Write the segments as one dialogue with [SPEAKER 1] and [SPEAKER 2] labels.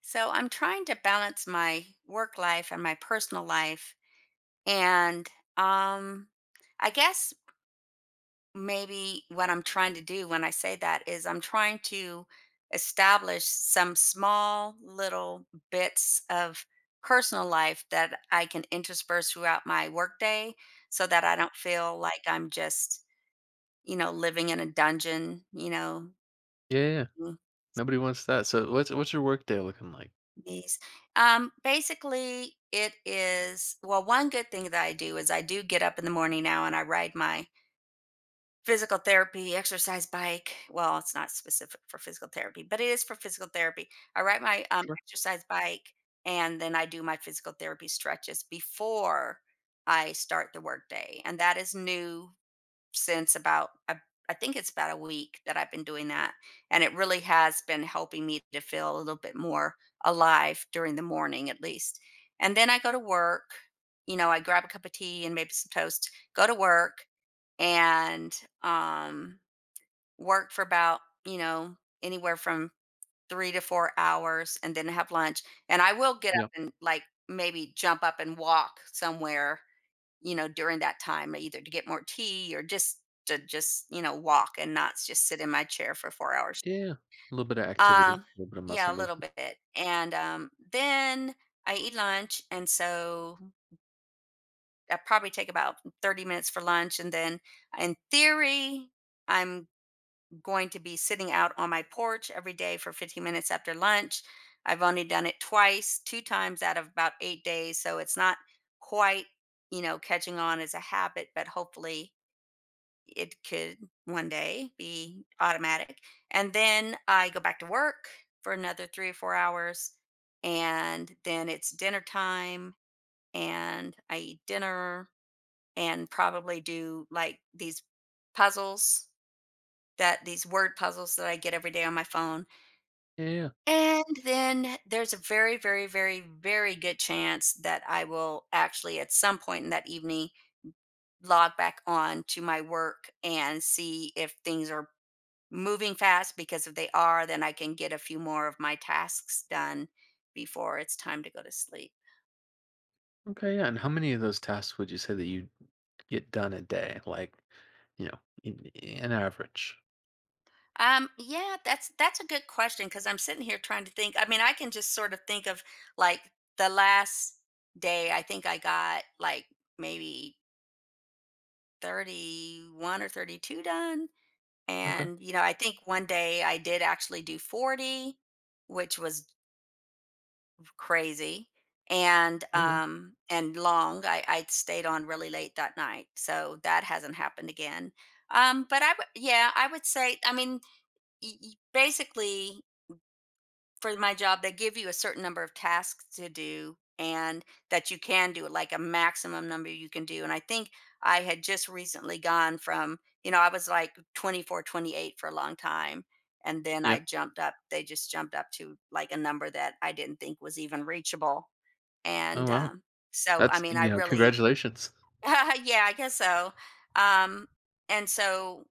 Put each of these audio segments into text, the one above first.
[SPEAKER 1] So I'm trying to balance my work life and my personal life. And um, I guess maybe what I'm trying to do when I say that is I'm trying to establish some small little bits of personal life that I can intersperse throughout my workday so that I don't feel like I'm just living in a dungeon.
[SPEAKER 2] Yeah, yeah, yeah. Nobody wants that. So what's your work day looking like?
[SPEAKER 1] These. Basically, it is well, one good thing that I do is I do get up in the morning now and I ride my physical therapy exercise bike. Well, it's not specific for physical therapy, but it is for physical therapy. I ride my
[SPEAKER 2] Sure.
[SPEAKER 1] exercise bike and then I do my physical therapy stretches before I start the workday. And that is new since about I think it's about a week that I've been doing that, and it really has been helping me to feel a little bit more alive during the morning, at least. And then I go to work. You know, I grab a cup of tea and maybe some toast. Go to work and um, work for about you know anywhere from 3 to 4 hours, and then have lunch. And I will get up
[SPEAKER 2] Yeah.
[SPEAKER 1] and like maybe jump up and walk somewhere, you know, during that time, either to get more tea or just to just walk and not just sit in my chair for 4 hours.
[SPEAKER 2] Yeah, yeah. A little bit of activity,
[SPEAKER 1] Um,
[SPEAKER 2] a little bit of
[SPEAKER 1] yeah,
[SPEAKER 2] muscle
[SPEAKER 1] a little
[SPEAKER 2] movement.
[SPEAKER 1] bit. And then I eat lunch, and so I probably take about 30 minutes for lunch, and then in theory, I'm going to be sitting out on my porch every day for 15 minutes after lunch. I've only done it twice, 2 times out of about 8 days, so it's not quite, you know, catching on as a habit, but hopefully it could one day be automatic. And then I go back to work for another 3 or 4 hours. And then it's dinner time. And I eat dinner and probably do like puzzles these word puzzles that I get every day on my phone.
[SPEAKER 2] Yeah, yeah.
[SPEAKER 1] And then there's a very, very, very, very good chance that I will actually at some point in that evening log back on to my work and see if things are moving fast because if they are, then I can get a few more of my tasks done before it's time to go to sleep.
[SPEAKER 2] Okay, yeah. And how many of those tasks would you say that you get done a day? Like, you know, in, an average.
[SPEAKER 1] Yeah, that's a good question because I'm sitting here trying to think. I mean, I can just sort of think of like the last day. I think I got like maybe 31 or 32 done,
[SPEAKER 2] Okay.
[SPEAKER 1] and you know, I think one day I did actually do 40, which was crazy and
[SPEAKER 2] Yeah. Yeah.
[SPEAKER 1] um and long I stayed on really late that night, so that hasn't happened again. But I would, yeah, I would say, I mean, basically for my job they give you a certain number of tasks to do and that you can do, like a maximum number you can do, and I think I had just recently gone from, you know, I was like 24, 28 for a long time and then
[SPEAKER 2] Yeah.
[SPEAKER 1] I jumped up, they just jumped up to like a number that I didn't think was even reachable
[SPEAKER 2] Oh
[SPEAKER 1] and,
[SPEAKER 2] wow.
[SPEAKER 1] um, so, I
[SPEAKER 2] That's,
[SPEAKER 1] mean, I
[SPEAKER 2] you know,
[SPEAKER 1] really
[SPEAKER 2] congratulations.
[SPEAKER 1] yeah, I guess so. Um, and so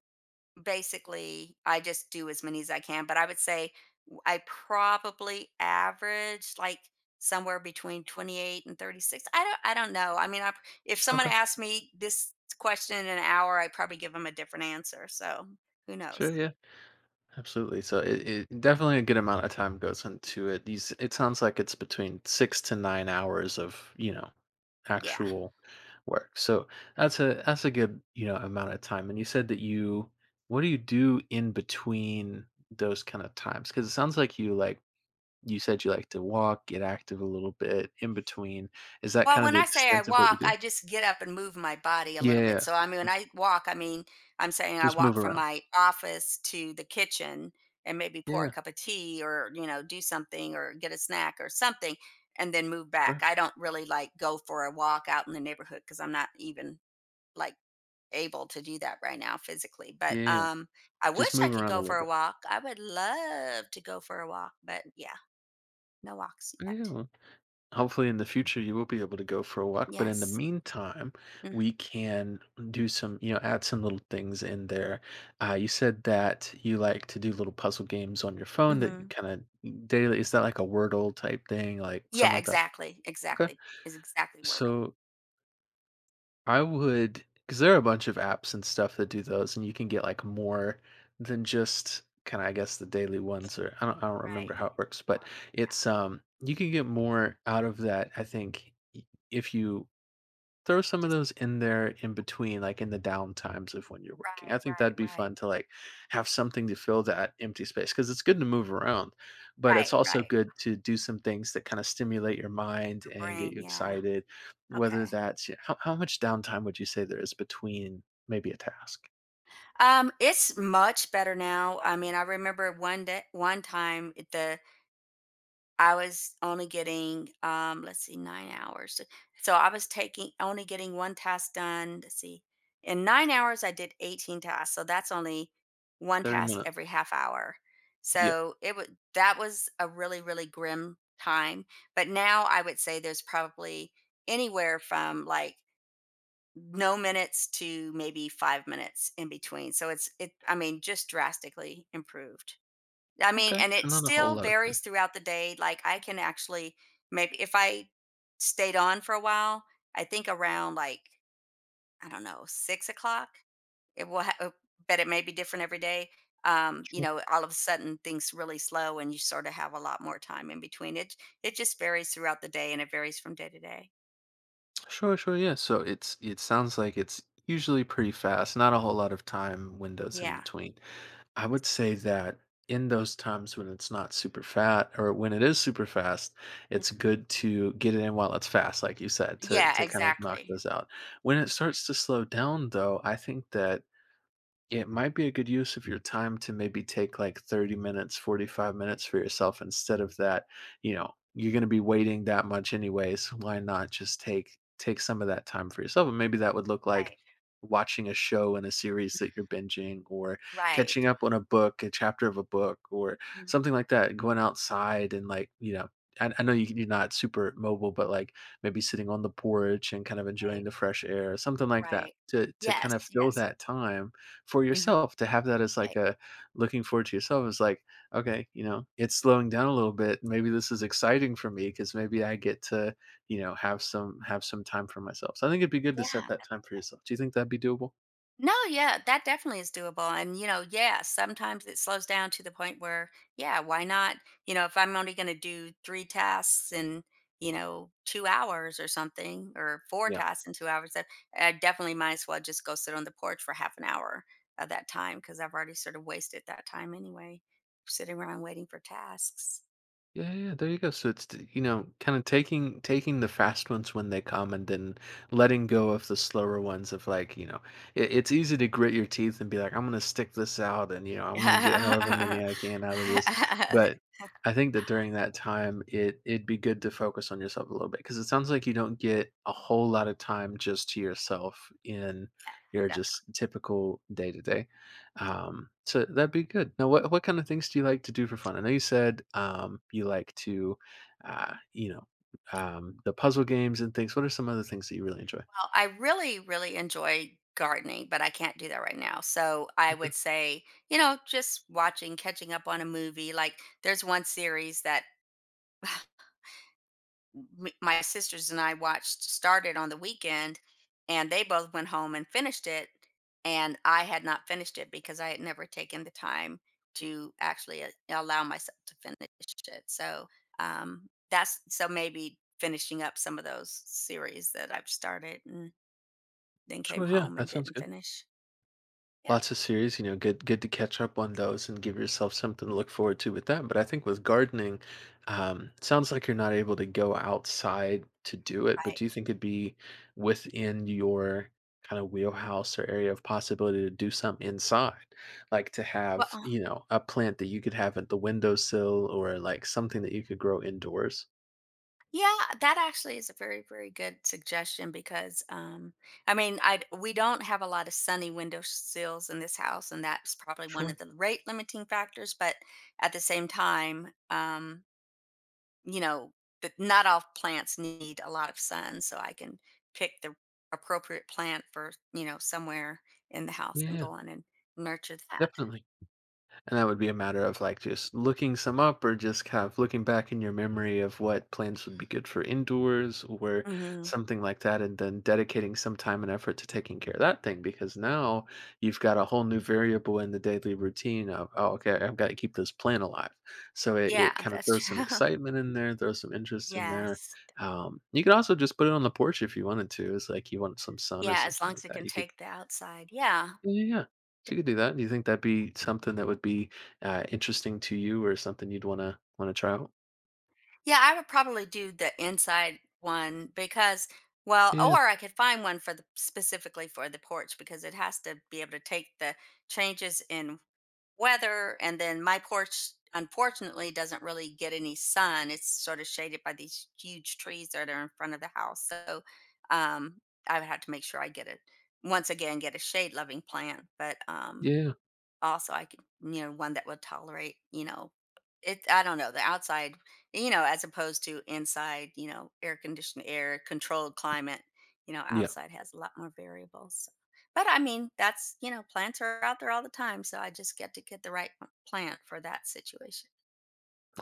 [SPEAKER 1] basically, I just do as many as I can, but I would say I probably average like somewhere between 28 and 36. I don't know. If someone
[SPEAKER 2] Okay.
[SPEAKER 1] asked me this question in an hour, I'd probably give them a different answer. So, who
[SPEAKER 2] Sure,
[SPEAKER 1] knows?
[SPEAKER 2] yeah. Absolutely. So it definitely a good amount of time goes into it. These it sounds like it's between 6 to 9 hours of, you know,
[SPEAKER 1] Yeah.
[SPEAKER 2] actual work. So that's a good, you know, amount of time. And you said that you what do you do in between those kind of times? Cuz it sounds like you said you like to walk, get active a little bit in between. Is that
[SPEAKER 1] Well,
[SPEAKER 2] kind of
[SPEAKER 1] when
[SPEAKER 2] the
[SPEAKER 1] I say I
[SPEAKER 2] extent of what you
[SPEAKER 1] walk,
[SPEAKER 2] do?
[SPEAKER 1] I just get up and move my body a little bit.
[SPEAKER 2] Yeah.
[SPEAKER 1] So, I mean, when
[SPEAKER 2] Mm,
[SPEAKER 1] I walk, I mean, I'm saying I
[SPEAKER 2] just move
[SPEAKER 1] walk from
[SPEAKER 2] around.
[SPEAKER 1] my office to the kitchen and maybe pour a
[SPEAKER 2] Yeah,
[SPEAKER 1] cup of tea or, you know, do something or get a snack or something and then move back.
[SPEAKER 2] sure.
[SPEAKER 1] I don't really like go for a walk out in the neighborhood because I'm not even like able to do that right now physically. But
[SPEAKER 2] Yeah, yeah.
[SPEAKER 1] um I
[SPEAKER 2] Just
[SPEAKER 1] wish I
[SPEAKER 2] move
[SPEAKER 1] could
[SPEAKER 2] around a
[SPEAKER 1] go
[SPEAKER 2] little
[SPEAKER 1] for a
[SPEAKER 2] bit.
[SPEAKER 1] walk. I would love to go for a walk, but yeah, no walks yet.
[SPEAKER 2] Yeah. Hopefully in the future you will be able to go for a walk, but in the
[SPEAKER 1] Yes.
[SPEAKER 2] meantime we can do some, you know, add some little things in there. You said that you like to do little puzzle games on your phone that you
[SPEAKER 1] Mm-hmm.
[SPEAKER 2] kind of daily. Is that like a Wordle type thing, like something
[SPEAKER 1] Yeah,
[SPEAKER 2] like that?
[SPEAKER 1] exactly,
[SPEAKER 2] Okay,
[SPEAKER 1] exactly. Is exactly Wordle,
[SPEAKER 2] so I would, because there are a bunch of apps and stuff that do those and you can get like more than just kind of, I guess, the daily ones, or I don't
[SPEAKER 1] right,
[SPEAKER 2] remember how
[SPEAKER 1] you
[SPEAKER 2] it
[SPEAKER 1] can
[SPEAKER 2] works,
[SPEAKER 1] do
[SPEAKER 2] but
[SPEAKER 1] more, yeah,
[SPEAKER 2] it's you can get more out of that, I think. If you throw some of
[SPEAKER 1] just
[SPEAKER 2] those in there in between, like in the down times of when you're working. I
[SPEAKER 1] right,
[SPEAKER 2] think
[SPEAKER 1] right,
[SPEAKER 2] that'd be
[SPEAKER 1] right.
[SPEAKER 2] fun to like have something to fill that empty space, because it's good to move around, but it's
[SPEAKER 1] Right,
[SPEAKER 2] also
[SPEAKER 1] right,
[SPEAKER 2] good to do some things that kind of stimulate your mind
[SPEAKER 1] your
[SPEAKER 2] and get
[SPEAKER 1] brain,
[SPEAKER 2] you
[SPEAKER 1] yeah,
[SPEAKER 2] excited. Whether
[SPEAKER 1] okay.
[SPEAKER 2] that's yeah, how much downtime would you say there is between maybe a task?
[SPEAKER 1] It's much better now. I mean, I remember one day, one time, the I was only getting, let's see, 9 hours. So I was taking only getting 1 task done, let's see. In 9 hours, I did 18 tasks, so that's only 1
[SPEAKER 2] 30
[SPEAKER 1] task
[SPEAKER 2] minutes.
[SPEAKER 1] every half hour.
[SPEAKER 2] Yeah.
[SPEAKER 1] So it would that was a really, really grim time, but now I would say there's probably anywhere from, like, no minutes to maybe 5 minutes in between. So it's it I mean, just drastically improved. I mean,
[SPEAKER 2] Okay.
[SPEAKER 1] and
[SPEAKER 2] So
[SPEAKER 1] it
[SPEAKER 2] not a whole
[SPEAKER 1] still
[SPEAKER 2] lot of
[SPEAKER 1] varies
[SPEAKER 2] time.
[SPEAKER 1] throughout the day. Like I can actually maybe if I stayed on for a while, I think around like I don't know 6 o'clock. It will, but it may be different every day. You
[SPEAKER 2] Sure.
[SPEAKER 1] know, all of a sudden things really slow, and you sort of have a lot more time in between. It just varies throughout the day, and it varies from day to day.
[SPEAKER 2] Sure. Sure. Yeah. So it sounds like it's usually pretty fast, not a whole lot of time windows in
[SPEAKER 1] Yeah,
[SPEAKER 2] between. I would say that in those times when it's not super fat, or when it is super fast, it's good to get it in while it's fast, like you said, to
[SPEAKER 1] yeah,
[SPEAKER 2] kind of knock
[SPEAKER 1] exactly.
[SPEAKER 2] those out. When it starts to slow down though, I think that it might be a good use of your time to maybe take like 30 minutes, 45 minutes for yourself instead of that, you know, you're going to be waiting that much anyways. Why not just take some of that time for yourself? And maybe that would look like
[SPEAKER 1] Right,
[SPEAKER 2] watching a show and a series that you're binging, or
[SPEAKER 1] right,
[SPEAKER 2] catching up on a book, a chapter of a book, or
[SPEAKER 1] mhm,
[SPEAKER 2] something like that. Going outside and like, you know, I know you, you're not super mobile, but like maybe sitting on the porch and kind of enjoying
[SPEAKER 1] right,
[SPEAKER 2] the fresh air, something like that
[SPEAKER 1] right.
[SPEAKER 2] to kind
[SPEAKER 1] Yes,
[SPEAKER 2] of fill
[SPEAKER 1] yes.
[SPEAKER 2] that time for
[SPEAKER 1] Mhm.
[SPEAKER 2] yourself, to have that as like
[SPEAKER 1] Right.
[SPEAKER 2] a looking forward to yourself. Is like, okay, you know, it's slowing down a little bit, maybe this is exciting for me, because maybe I get to, you know, have some, have some time for myself. So I think it'd be good to set
[SPEAKER 1] Yeah.
[SPEAKER 2] that time for yourself. Do you think that'd be doable?
[SPEAKER 1] No, yeah, that definitely is doable. And, you know, yeah, sometimes it slows down to the point where, yeah, why not? You know, if I'm only going to do three tasks in, you know, 2 hours or something, or four
[SPEAKER 2] Yeah.
[SPEAKER 1] tasks in 2 hours, that I definitely might as well just go sit on the porch for half an hour of that time because I've already sort of wasted that time anyway, sitting around waiting for tasks.
[SPEAKER 2] Yeah, yeah, there you go. So it's t you know, kinda taking taking the fast ones when they come, and then letting go of the slower ones of like, you know, it it's easy to grit your teeth and be like, "I'm gonna stick this out, and, you know, I'm gonna get however many I can out of this." But I think that during that time, it it'd be good to focus on yourself a little bit, because it sounds like you don't get a whole lot of time just to yourself in your
[SPEAKER 1] Definitely.
[SPEAKER 2] just typical day to day. So that'd be good. Now, what kind of things do you like to do for fun? I know you said you like to, you know, the puzzle games and things. What are some other things that you really enjoy?
[SPEAKER 1] Well, I really, really enjoy gardening, but I can't do that right now. So I
[SPEAKER 2] Okay,
[SPEAKER 1] would say, you know, just watching, catching up on a movie. Like there's one series that my sisters and I watched started on the weekend, and they both went home and finished it. And I had not finished it because I had never taken the time to actually allow myself to finish it. So that's so maybe finishing up some of those series that I've started then came
[SPEAKER 2] sure, yeah,
[SPEAKER 1] home
[SPEAKER 2] that
[SPEAKER 1] and
[SPEAKER 2] sounds
[SPEAKER 1] didn't
[SPEAKER 2] good.
[SPEAKER 1] finish. Yeah.
[SPEAKER 2] Lots of series, you know, good good to catch up on those and give yourself something to look forward to with that. But I think with gardening, sounds like you're not able to go outside to do it, but
[SPEAKER 1] Right.
[SPEAKER 2] do you think it'd be within your kind of wheelhouse or area of possibility to do something inside? Like to have,
[SPEAKER 1] Well,
[SPEAKER 2] you know, a plant that you could have at the windowsill, or, like, something that you could grow indoors?
[SPEAKER 1] yeah, that actually is a very, very good suggestion because, I mean, I we don't have a lot of sunny window sills in this house, and that's probably one of
[SPEAKER 2] Sure.
[SPEAKER 1] the rate limiting factors. But at the same time, you know, that not all plants need a lot of sun, so I can pick the appropriate plant for, you know, somewhere in the house and
[SPEAKER 2] Yeah,
[SPEAKER 1] go on and nurture that.
[SPEAKER 2] definitely. And that would be a matter of like just looking some up, or just kind of looking back in your memory of what plants would be good for indoors or
[SPEAKER 1] Hmm.
[SPEAKER 2] something like that, and then dedicating some time and effort to taking care of that thing, because now you've got a whole new variable in the daily routine of, oh, okay, I've got to keep this plant alive. So it
[SPEAKER 1] Yeah,
[SPEAKER 2] kind of
[SPEAKER 1] that's
[SPEAKER 2] throws some
[SPEAKER 1] true.
[SPEAKER 2] excitement in there, throws some interest in there.
[SPEAKER 1] Yes.
[SPEAKER 2] You could also just put it on the porch if you wanted to. It's like you want some sun or
[SPEAKER 1] Yeah, as
[SPEAKER 2] something
[SPEAKER 1] long
[SPEAKER 2] like
[SPEAKER 1] as it
[SPEAKER 2] that.
[SPEAKER 1] can
[SPEAKER 2] You could
[SPEAKER 1] take the outside. Yeah.
[SPEAKER 2] yeah, yeah. yeah. So you could do that. Do you think that'd be something that would be interesting to you, or something you'd wanna try out?
[SPEAKER 1] Yeah, I would probably do the inside one because well,
[SPEAKER 2] Yeah,
[SPEAKER 1] or I could find one for the specifically for the porch because it has to be able to take the changes in weather, and then my porch unfortunately doesn't really get any sun. It's sort of shaded by these huge trees that are in front of the house. So um I would have to make sure I get it, once again, get a shade loving plant. But
[SPEAKER 2] yeah,
[SPEAKER 1] also I could, you know, one that would tolerate, you know, it, I don't know, the outside, you know, as opposed to inside, you know, air conditioned air, controlled climate, you know,
[SPEAKER 2] yeah.
[SPEAKER 1] outside has a lot more variables. But I mean, that's, you know, plants are out there all the time. So I just get to get the right plant for that situation.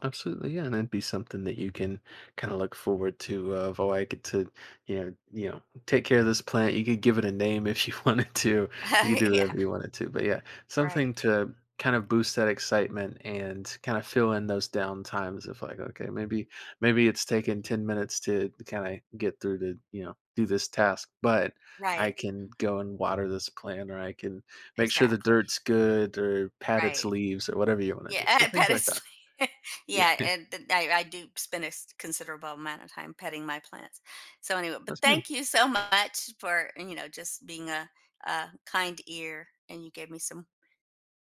[SPEAKER 2] Absolutely, yeah, and it'd be something that you can kind of look forward to. Of oh, I get to, you know, take care of this plant. You could give it a name if you wanted to. You could do
[SPEAKER 1] Yeah.
[SPEAKER 2] whatever you wanted to. But yeah,
[SPEAKER 1] Right.
[SPEAKER 2] something to kind of boost that excitement and kind of fill in those down times of like, okay, maybe maybe it's taken 10 minutes to kind of get through to, you know, do this task, but I
[SPEAKER 1] Right.
[SPEAKER 2] can go and water this plant, or I can make sure the dirt's
[SPEAKER 1] Exactly.
[SPEAKER 2] good, or pat its
[SPEAKER 1] Right.
[SPEAKER 2] leaves, or whatever you want to
[SPEAKER 1] Yeah,
[SPEAKER 2] do. So
[SPEAKER 1] at
[SPEAKER 2] things
[SPEAKER 1] pet
[SPEAKER 2] like that.
[SPEAKER 1] is
[SPEAKER 2] Yeah.
[SPEAKER 1] yeah, and I do spend a considerable amount of time petting my plants. So anyway, but
[SPEAKER 2] That's good.
[SPEAKER 1] thank you so much for, you know, just being a kind ear, and you gave me some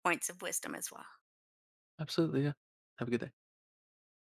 [SPEAKER 1] points of wisdom as well.
[SPEAKER 2] Absolutely. Yeah. Have a good day.